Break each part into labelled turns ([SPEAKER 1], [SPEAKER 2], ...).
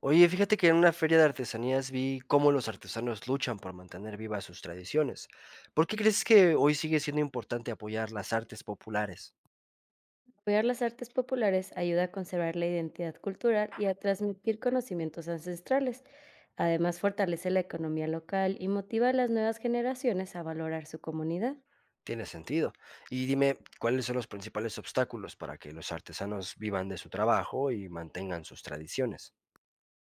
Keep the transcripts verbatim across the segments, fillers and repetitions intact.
[SPEAKER 1] Oye, fíjate que en una feria de artesanías vi cómo los artesanos luchan por mantener vivas sus tradiciones. ¿Por qué crees que hoy sigue siendo importante apoyar las artes populares?
[SPEAKER 2] Apoyar las artes populares ayuda a conservar la identidad cultural y a transmitir conocimientos ancestrales. Además, fortalece la economía local y motiva a las nuevas generaciones a valorar su comunidad.
[SPEAKER 1] Tiene sentido. Y dime, ¿cuáles son los principales obstáculos para que los artesanos vivan de su trabajo y mantengan sus tradiciones?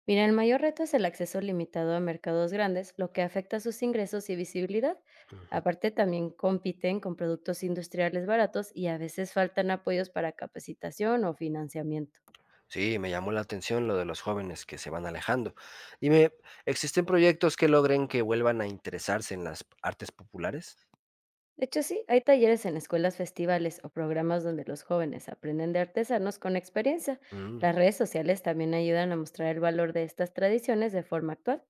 [SPEAKER 2] Mira, el mayor reto es el acceso limitado a mercados grandes, lo que afecta sus ingresos y visibilidad.
[SPEAKER 1] Ujú.
[SPEAKER 2] Aparte, también compiten con productos industriales baratos y a veces faltan apoyos para capacitación o financiamiento.
[SPEAKER 1] Sí, me llamó la atención lo de los jóvenes que se van alejando. Dime, ¿existen proyectos que logren que vuelvan a interesarse en las artes populares?
[SPEAKER 2] De hecho, sí, hay talleres en escuelas, festivales o programas donde los jóvenes aprenden de artesanos con experiencia.
[SPEAKER 1] Mm.
[SPEAKER 2] Las redes sociales también ayudan a mostrar el valor de estas tradiciones de forma actual.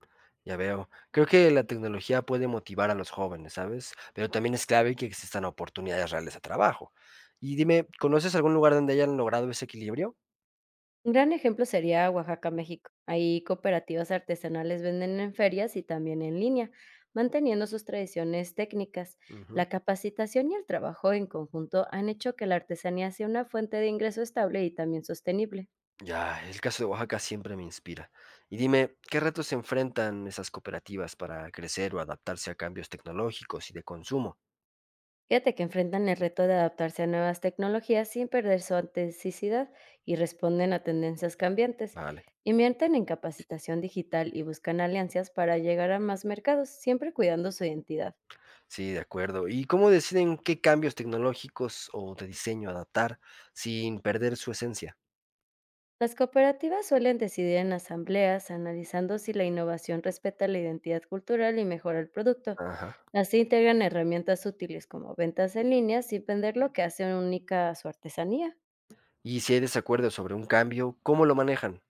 [SPEAKER 1] Ya veo. Creo que la tecnología puede motivar a los jóvenes, ¿sabes? Pero también es clave que existan oportunidades reales de trabajo. Y dime, ¿conoces algún lugar donde hayan logrado ese equilibrio?
[SPEAKER 2] Un gran ejemplo sería Oaxaca, México. Ahí cooperativas artesanales venden en ferias y también en línea, manteniendo sus tradiciones técnicas.
[SPEAKER 1] Ujú.
[SPEAKER 2] La capacitación y el trabajo en conjunto han hecho que la artesanía sea una fuente de ingreso estable y también sostenible.
[SPEAKER 1] Ya, el caso de Oaxaca siempre me inspira. Y dime, ¿qué retos se enfrentan esas cooperativas para crecer o adaptarse a cambios tecnológicos y de consumo?
[SPEAKER 2] Fíjate que enfrentan el reto de adaptarse a nuevas tecnologías sin perder su autenticidad y responden a tendencias cambiantes.
[SPEAKER 1] Vale,
[SPEAKER 2] Invierten en capacitación digital y buscan alianzas para llegar a más mercados, siempre cuidando su identidad.
[SPEAKER 1] sí, de acuerdo. ¿Y cómo deciden qué cambios tecnológicos o de diseño adaptar sin perder su esencia?
[SPEAKER 2] Las cooperativas suelen decidir en asambleas, analizando si la innovación respeta la identidad cultural y mejora el producto.
[SPEAKER 1] Ajá.
[SPEAKER 2] Así integran herramientas útiles como ventas en línea sin vender lo que hace única a su artesanía.
[SPEAKER 1] Y si hay desacuerdo sobre un cambio, ¿cómo lo manejan?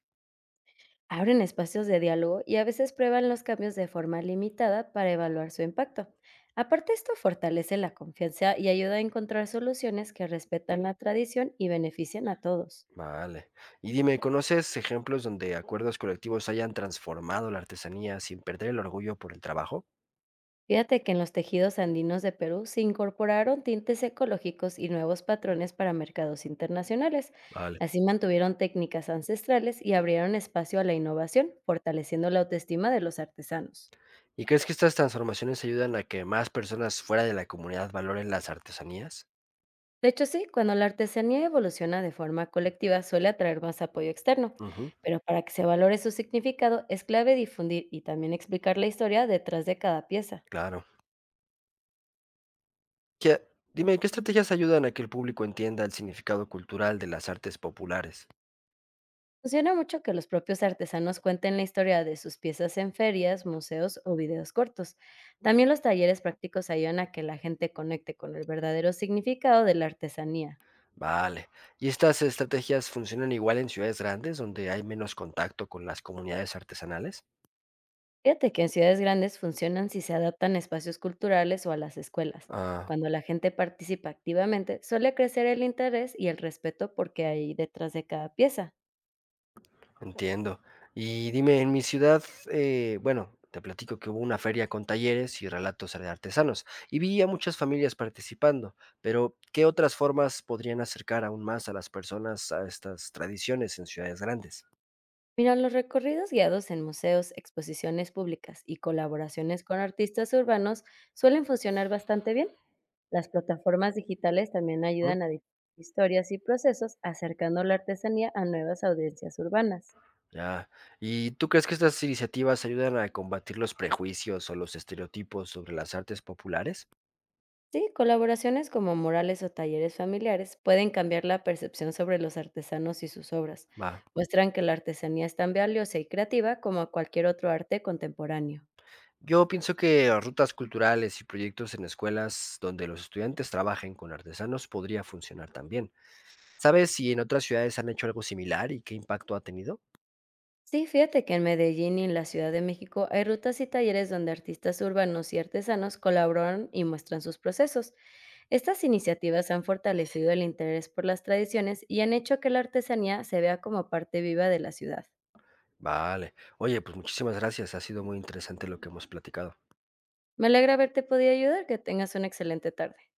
[SPEAKER 2] Abren espacios de diálogo y a veces prueban los cambios de forma limitada para evaluar su impacto. Aparte, esto fortalece la confianza y ayuda a encontrar soluciones que respetan la tradición y benefician a todos.
[SPEAKER 1] Vale. Y dime, ¿conoces ejemplos donde acuerdos colectivos hayan transformado la artesanía sin perder el orgullo por el trabajo?
[SPEAKER 2] Fíjate que en los tejidos andinos de Perú se incorporaron tintes ecológicos y nuevos patrones para mercados internacionales.
[SPEAKER 1] Vale.
[SPEAKER 2] Así mantuvieron técnicas ancestrales y abrieron espacio a la innovación, fortaleciendo la autoestima de los artesanos.
[SPEAKER 1] ¿Y crees que estas transformaciones ayudan a que más personas fuera de la comunidad valoren las artesanías?
[SPEAKER 2] De hecho, sí, cuando la artesanía evoluciona de forma colectiva suele atraer más apoyo externo,
[SPEAKER 1] Ujú,
[SPEAKER 2] pero para que se valore su significado es clave difundir y también explicar la historia detrás de cada pieza.
[SPEAKER 1] claro. ¿Qué- Dime, ¿qué estrategias ayudan a que el público entienda el significado cultural de las artes populares?
[SPEAKER 2] Funciona mucho que los propios artesanos cuenten la historia de sus piezas en ferias, museos o videos cortos. También los talleres prácticos ayudan a que la gente conecte con el verdadero significado de la artesanía.
[SPEAKER 1] Vale. ¿Y estas estrategias funcionan igual en ciudades grandes donde hay menos contacto con las comunidades artesanales?
[SPEAKER 2] Fíjate que en ciudades grandes funcionan si se adaptan a espacios culturales o a las escuelas.
[SPEAKER 1] Ah,
[SPEAKER 2] Cuando la gente participa activamente, suele crecer el interés y el respeto porque hay detrás de cada pieza.
[SPEAKER 1] entiendo. Y dime, en mi ciudad, eh, bueno, te platico que hubo una feria con talleres y relatos de artesanos, y vi a muchas familias participando, pero ¿qué otras formas podrían acercar aún más a las personas a estas tradiciones en ciudades grandes?
[SPEAKER 2] Mira, los recorridos guiados en museos, exposiciones públicas y colaboraciones con artistas urbanos suelen funcionar bastante bien. Las plataformas digitales también
[SPEAKER 1] ¿Mm?
[SPEAKER 2] ayudan a difundir historias y procesos, acercando la artesanía a nuevas audiencias urbanas.
[SPEAKER 1] Ya. ¿Y tú crees que estas iniciativas ayudan a combatir los prejuicios o los estereotipos sobre las artes populares?
[SPEAKER 2] Sí, colaboraciones como murales o talleres familiares pueden cambiar la percepción sobre los artesanos y sus obras.
[SPEAKER 1] Va.
[SPEAKER 2] Muestran que la artesanía es tan valiosa y creativa como cualquier otro arte contemporáneo.
[SPEAKER 1] Yo pienso que rutas culturales y proyectos en escuelas donde los estudiantes trabajen con artesanos podría funcionar también. ¿Sabes si en otras ciudades han hecho algo similar y qué impacto ha tenido?
[SPEAKER 2] Sí, fíjate que en Medellín y en la Ciudad de México hay rutas y talleres donde artistas urbanos y artesanos colaboran y muestran sus procesos. Estas iniciativas han fortalecido el interés por las tradiciones y han hecho que la artesanía se vea como parte viva de la ciudad.
[SPEAKER 1] Vale. Oye, pues muchísimas gracias. Ha sido muy interesante lo que hemos platicado.
[SPEAKER 2] Me alegra haberte podido ayudar, que tengas una excelente tarde.